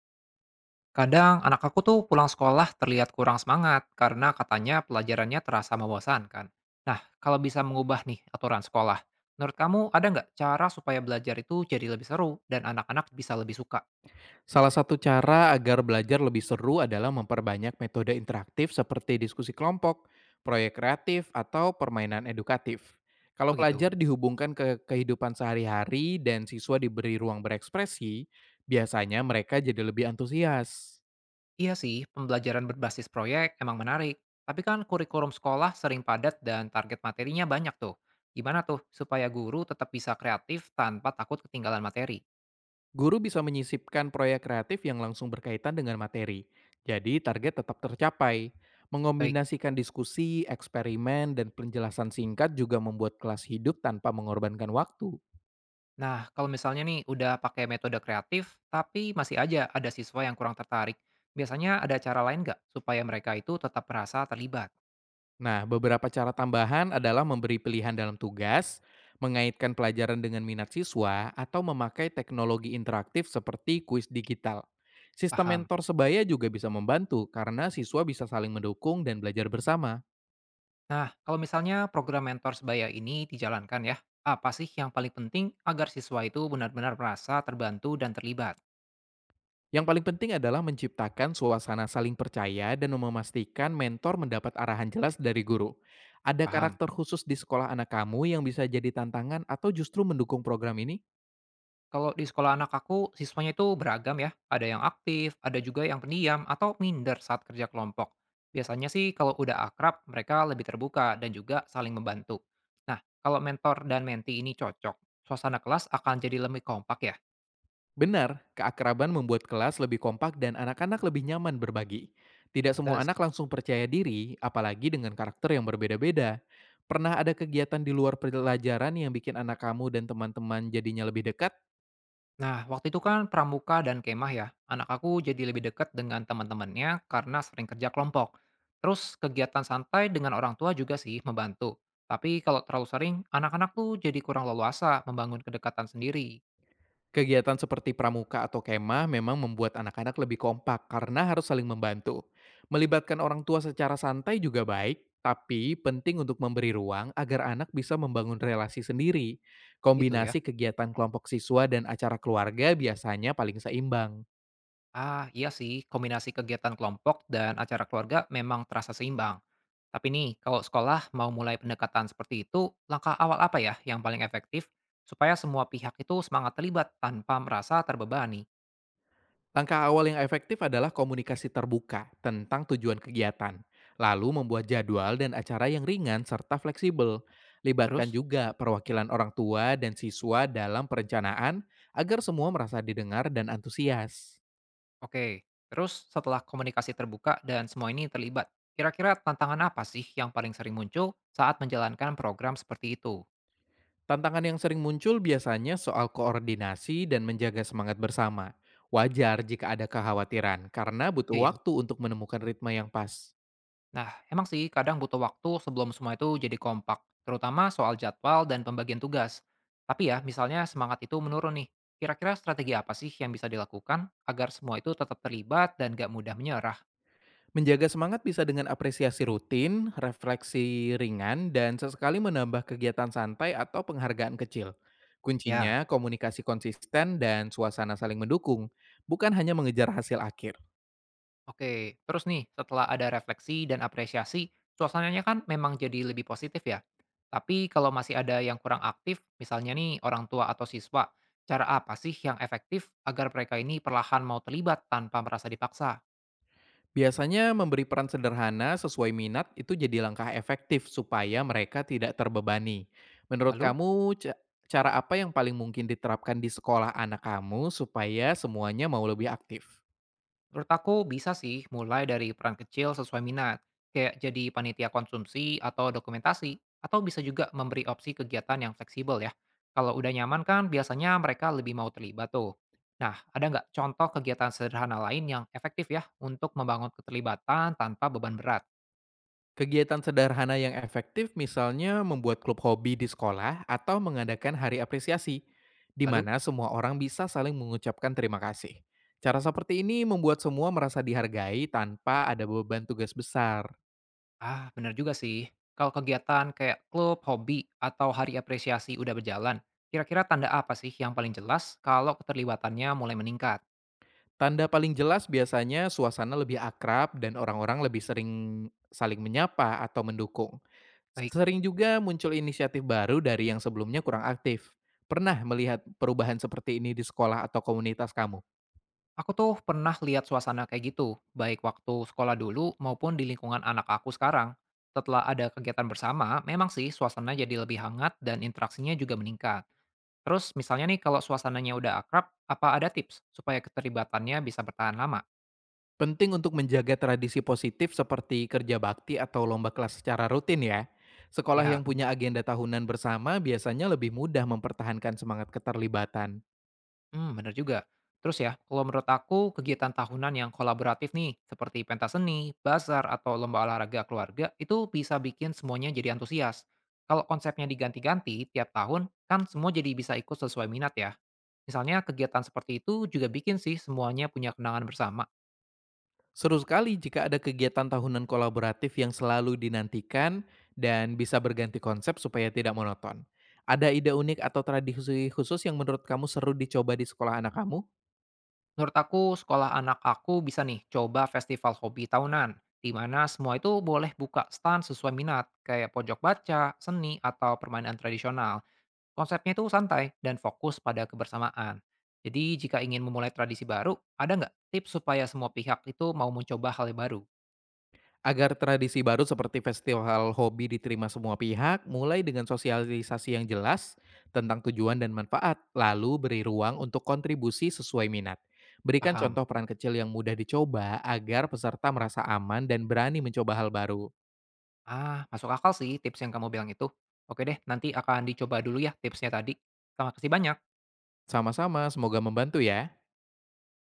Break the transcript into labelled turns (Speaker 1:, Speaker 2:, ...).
Speaker 1: Kadang anak aku tuh pulang sekolah terlihat kurang semangat karena katanya pelajarannya terasa membosankan. Nah, kalau bisa mengubah nih aturan sekolah, menurut kamu ada nggak cara supaya belajar itu jadi lebih seru dan anak-anak bisa lebih suka?
Speaker 2: Salah satu cara agar belajar lebih seru adalah memperbanyak metode interaktif seperti diskusi kelompok, proyek kreatif, atau permainan edukatif. Kalau
Speaker 1: Oh gitu.
Speaker 2: pelajar dihubungkan ke kehidupan sehari-hari dan siswa diberi ruang berekspresi, biasanya mereka jadi lebih antusias.
Speaker 1: Iya sih, pembelajaran berbasis proyek emang menarik. Tapi kan kurikulum sekolah sering padat dan target materinya banyak tuh. Gimana tuh supaya guru tetap bisa kreatif tanpa takut ketinggalan materi?
Speaker 2: Guru bisa menyisipkan proyek kreatif yang langsung berkaitan dengan materi, jadi target tetap tercapai.
Speaker 1: Baik.
Speaker 2: Mengombinasikan diskusi, eksperimen, dan penjelasan singkat juga membuat kelas hidup tanpa mengorbankan waktu.
Speaker 1: Nah, kalau misalnya nih udah pakai metode kreatif, tapi masih aja ada siswa yang kurang tertarik, biasanya ada cara lain nggak supaya mereka itu tetap merasa terlibat?
Speaker 2: Nah, beberapa cara tambahan adalah memberi pilihan dalam tugas, mengaitkan pelajaran dengan minat siswa, atau memakai teknologi interaktif seperti kuis digital. Sistem
Speaker 1: Paham.
Speaker 2: mentor sebaya juga bisa membantu karena siswa bisa saling mendukung dan belajar bersama.
Speaker 1: Nah, kalau misalnya program mentor sebaya ini dijalankan ya, apa sih yang paling penting agar siswa itu benar-benar merasa terbantu dan terlibat?
Speaker 2: Yang paling penting adalah menciptakan suasana saling percaya dan memastikan mentor mendapat arahan jelas dari guru. Ada
Speaker 1: Paham.
Speaker 2: karakter khusus di sekolah anak kamu yang bisa jadi tantangan atau justru mendukung program ini?
Speaker 1: Kalau di sekolah anak aku, siswanya itu beragam ya. Ada yang aktif, ada juga yang pendiam atau minder saat kerja kelompok. Biasanya sih kalau udah akrab, mereka lebih terbuka dan juga saling membantu. Nah, kalau mentor dan menti ini cocok, suasana kelas akan jadi lebih kompak ya.
Speaker 2: Benar, keakraban membuat kelas lebih kompak dan anak-anak lebih nyaman berbagi. Tidak semua
Speaker 1: Mantes.
Speaker 2: anak langsung percaya diri, apalagi dengan karakter yang berbeda-beda. Pernah ada kegiatan di luar pelajaran yang bikin anak kamu dan teman-teman jadinya lebih dekat?
Speaker 1: Nah, waktu itu kan pramuka dan kemah ya. Anak aku jadi lebih dekat dengan teman-temannya karena sering kerja kelompok. Terus kegiatan santai dengan orang tua juga sih membantu. Tapi kalau terlalu sering, anak-anak tuh jadi kurang leluasa membangun kedekatan sendiri.
Speaker 2: Kegiatan seperti pramuka atau kemah memang membuat anak-anak lebih kompak karena harus saling membantu. Melibatkan orang tua secara santai juga baik, tapi penting untuk memberi ruang agar anak bisa membangun relasi sendiri.
Speaker 1: Gitu ya.
Speaker 2: Kombinasi kegiatan kelompok siswa dan acara keluarga biasanya paling seimbang.
Speaker 1: Ah, iya sih, kombinasi kegiatan kelompok dan acara keluarga memang terasa seimbang. Tapi nih, kalau sekolah mau mulai pendekatan seperti itu, langkah awal apa ya yang paling efektif supaya semua pihak itu semangat terlibat tanpa merasa terbebani?
Speaker 2: Langkah awal yang efektif adalah komunikasi terbuka tentang tujuan kegiatan, lalu membuat jadwal dan acara yang ringan serta fleksibel. Libatkan
Speaker 1: Terus?
Speaker 2: juga perwakilan orang tua dan siswa dalam perencanaan agar semua merasa didengar dan antusias.
Speaker 1: Oke, terus setelah komunikasi terbuka dan semua ini terlibat, kira-kira tantangan apa sih yang paling sering muncul saat menjalankan program seperti itu?
Speaker 2: Tantangan yang sering muncul biasanya soal koordinasi dan menjaga semangat bersama. Wajar jika ada kekhawatiran karena
Speaker 1: Iya
Speaker 2: butuh
Speaker 1: ya.
Speaker 2: waktu untuk menemukan ritme yang pas.
Speaker 1: Nah, emang sih kadang butuh waktu sebelum semua itu jadi kompak, terutama soal jadwal dan pembagian tugas. Tapi ya, misalnya semangat itu menurun nih. Kira-kira strategi apa sih yang bisa dilakukan agar semua itu tetap terlibat dan gak mudah menyerah?
Speaker 2: Menjaga semangat bisa dengan apresiasi rutin, refleksi ringan, dan sesekali menambah kegiatan santai atau penghargaan kecil.
Speaker 1: Ya.
Speaker 2: Kuncinya komunikasi konsisten dan suasana saling mendukung, bukan hanya mengejar hasil akhir.
Speaker 1: Oke, terus nih setelah ada refleksi dan apresiasi, suasananya kan memang jadi lebih positif ya. Tapi kalau masih ada yang kurang aktif, misalnya nih orang tua atau siswa, cara apa sih yang efektif agar mereka ini perlahan mau terlibat tanpa merasa dipaksa?
Speaker 2: Biasanya memberi peran sederhana sesuai minat itu jadi langkah efektif supaya mereka tidak terbebani. Menurut
Speaker 1: Lalu?
Speaker 2: kamu, cara apa yang paling mungkin diterapkan di sekolah anak kamu supaya semuanya mau lebih aktif?
Speaker 1: Menurut aku bisa sih mulai dari peran kecil sesuai minat, kayak jadi panitia konsumsi atau dokumentasi, atau bisa juga memberi opsi kegiatan yang fleksibel ya. Kalau udah nyaman kan biasanya mereka lebih mau terlibat tuh. Nah, ada nggak contoh kegiatan sederhana lain yang efektif ya untuk membangun keterlibatan tanpa beban berat?
Speaker 2: Kegiatan sederhana yang efektif misalnya membuat klub hobi di sekolah atau mengadakan hari apresiasi, di
Speaker 1: Lalu,
Speaker 2: mana semua orang bisa saling mengucapkan terima kasih. Cara seperti ini membuat semua merasa dihargai tanpa ada beban tugas besar.
Speaker 1: ah bener juga sih, kalau kegiatan kayak klub, hobi, atau hari apresiasi udah berjalan, kira-kira tanda apa sih yang paling jelas kalau keterlibatannya mulai meningkat?
Speaker 2: Tanda paling jelas biasanya suasana lebih akrab dan orang-orang lebih sering saling menyapa atau mendukung.
Speaker 1: Baik.
Speaker 2: Sering juga muncul inisiatif baru dari yang sebelumnya kurang aktif. Pernah melihat perubahan seperti ini di sekolah atau komunitas kamu?
Speaker 1: Aku tuh pernah lihat suasana kayak gitu, baik waktu sekolah dulu maupun di lingkungan anak aku sekarang. Setelah ada kegiatan bersama, memang sih suasana jadi lebih hangat dan interaksinya juga meningkat. Terus misalnya nih kalau suasananya udah akrab, apa ada tips supaya keterlibatannya bisa bertahan lama?
Speaker 2: Penting untuk menjaga tradisi positif seperti kerja bakti atau lomba kelas secara rutin ya. Sekolah
Speaker 1: Ya.
Speaker 2: yang punya agenda tahunan bersama biasanya lebih mudah mempertahankan semangat keterlibatan.
Speaker 1: Hmm, bener juga. Terus ya, kalau menurut aku, kegiatan tahunan yang kolaboratif nih, seperti pentas seni, bazar, atau lomba olahraga keluarga, itu bisa bikin semuanya jadi antusias. Kalau konsepnya diganti-ganti tiap tahun, kan semua jadi bisa ikut sesuai minat ya. Misalnya kegiatan seperti itu juga bikin sih semuanya punya kenangan bersama.
Speaker 2: Seru sekali jika ada kegiatan tahunan kolaboratif yang selalu dinantikan dan bisa berganti konsep supaya tidak monoton. Ada ide unik atau tradisi khusus yang menurut kamu seru dicoba di sekolah anak kamu?
Speaker 1: Menurut aku, sekolah anak aku bisa nih coba festival hobi tahunan, di mana semua itu boleh buka stand sesuai minat, kayak pojok baca, seni, atau permainan tradisional. Konsepnya itu santai dan fokus pada kebersamaan. Jadi jika ingin memulai tradisi baru, ada nggak tips supaya semua pihak itu mau mencoba hal yang baru?
Speaker 2: Agar tradisi baru seperti festival hobi diterima semua pihak, mulai dengan sosialisasi yang jelas tentang tujuan dan manfaat, lalu beri ruang untuk kontribusi sesuai minat. Berikan
Speaker 1: Paham.
Speaker 2: contoh peran kecil yang mudah dicoba agar peserta merasa aman dan berani mencoba hal baru.
Speaker 1: Ah, masuk akal sih tips yang kamu bilang itu. Oke deh, nanti akan dicoba dulu ya tipsnya tadi. Terima kasih banyak.
Speaker 2: Sama-sama, semoga membantu ya.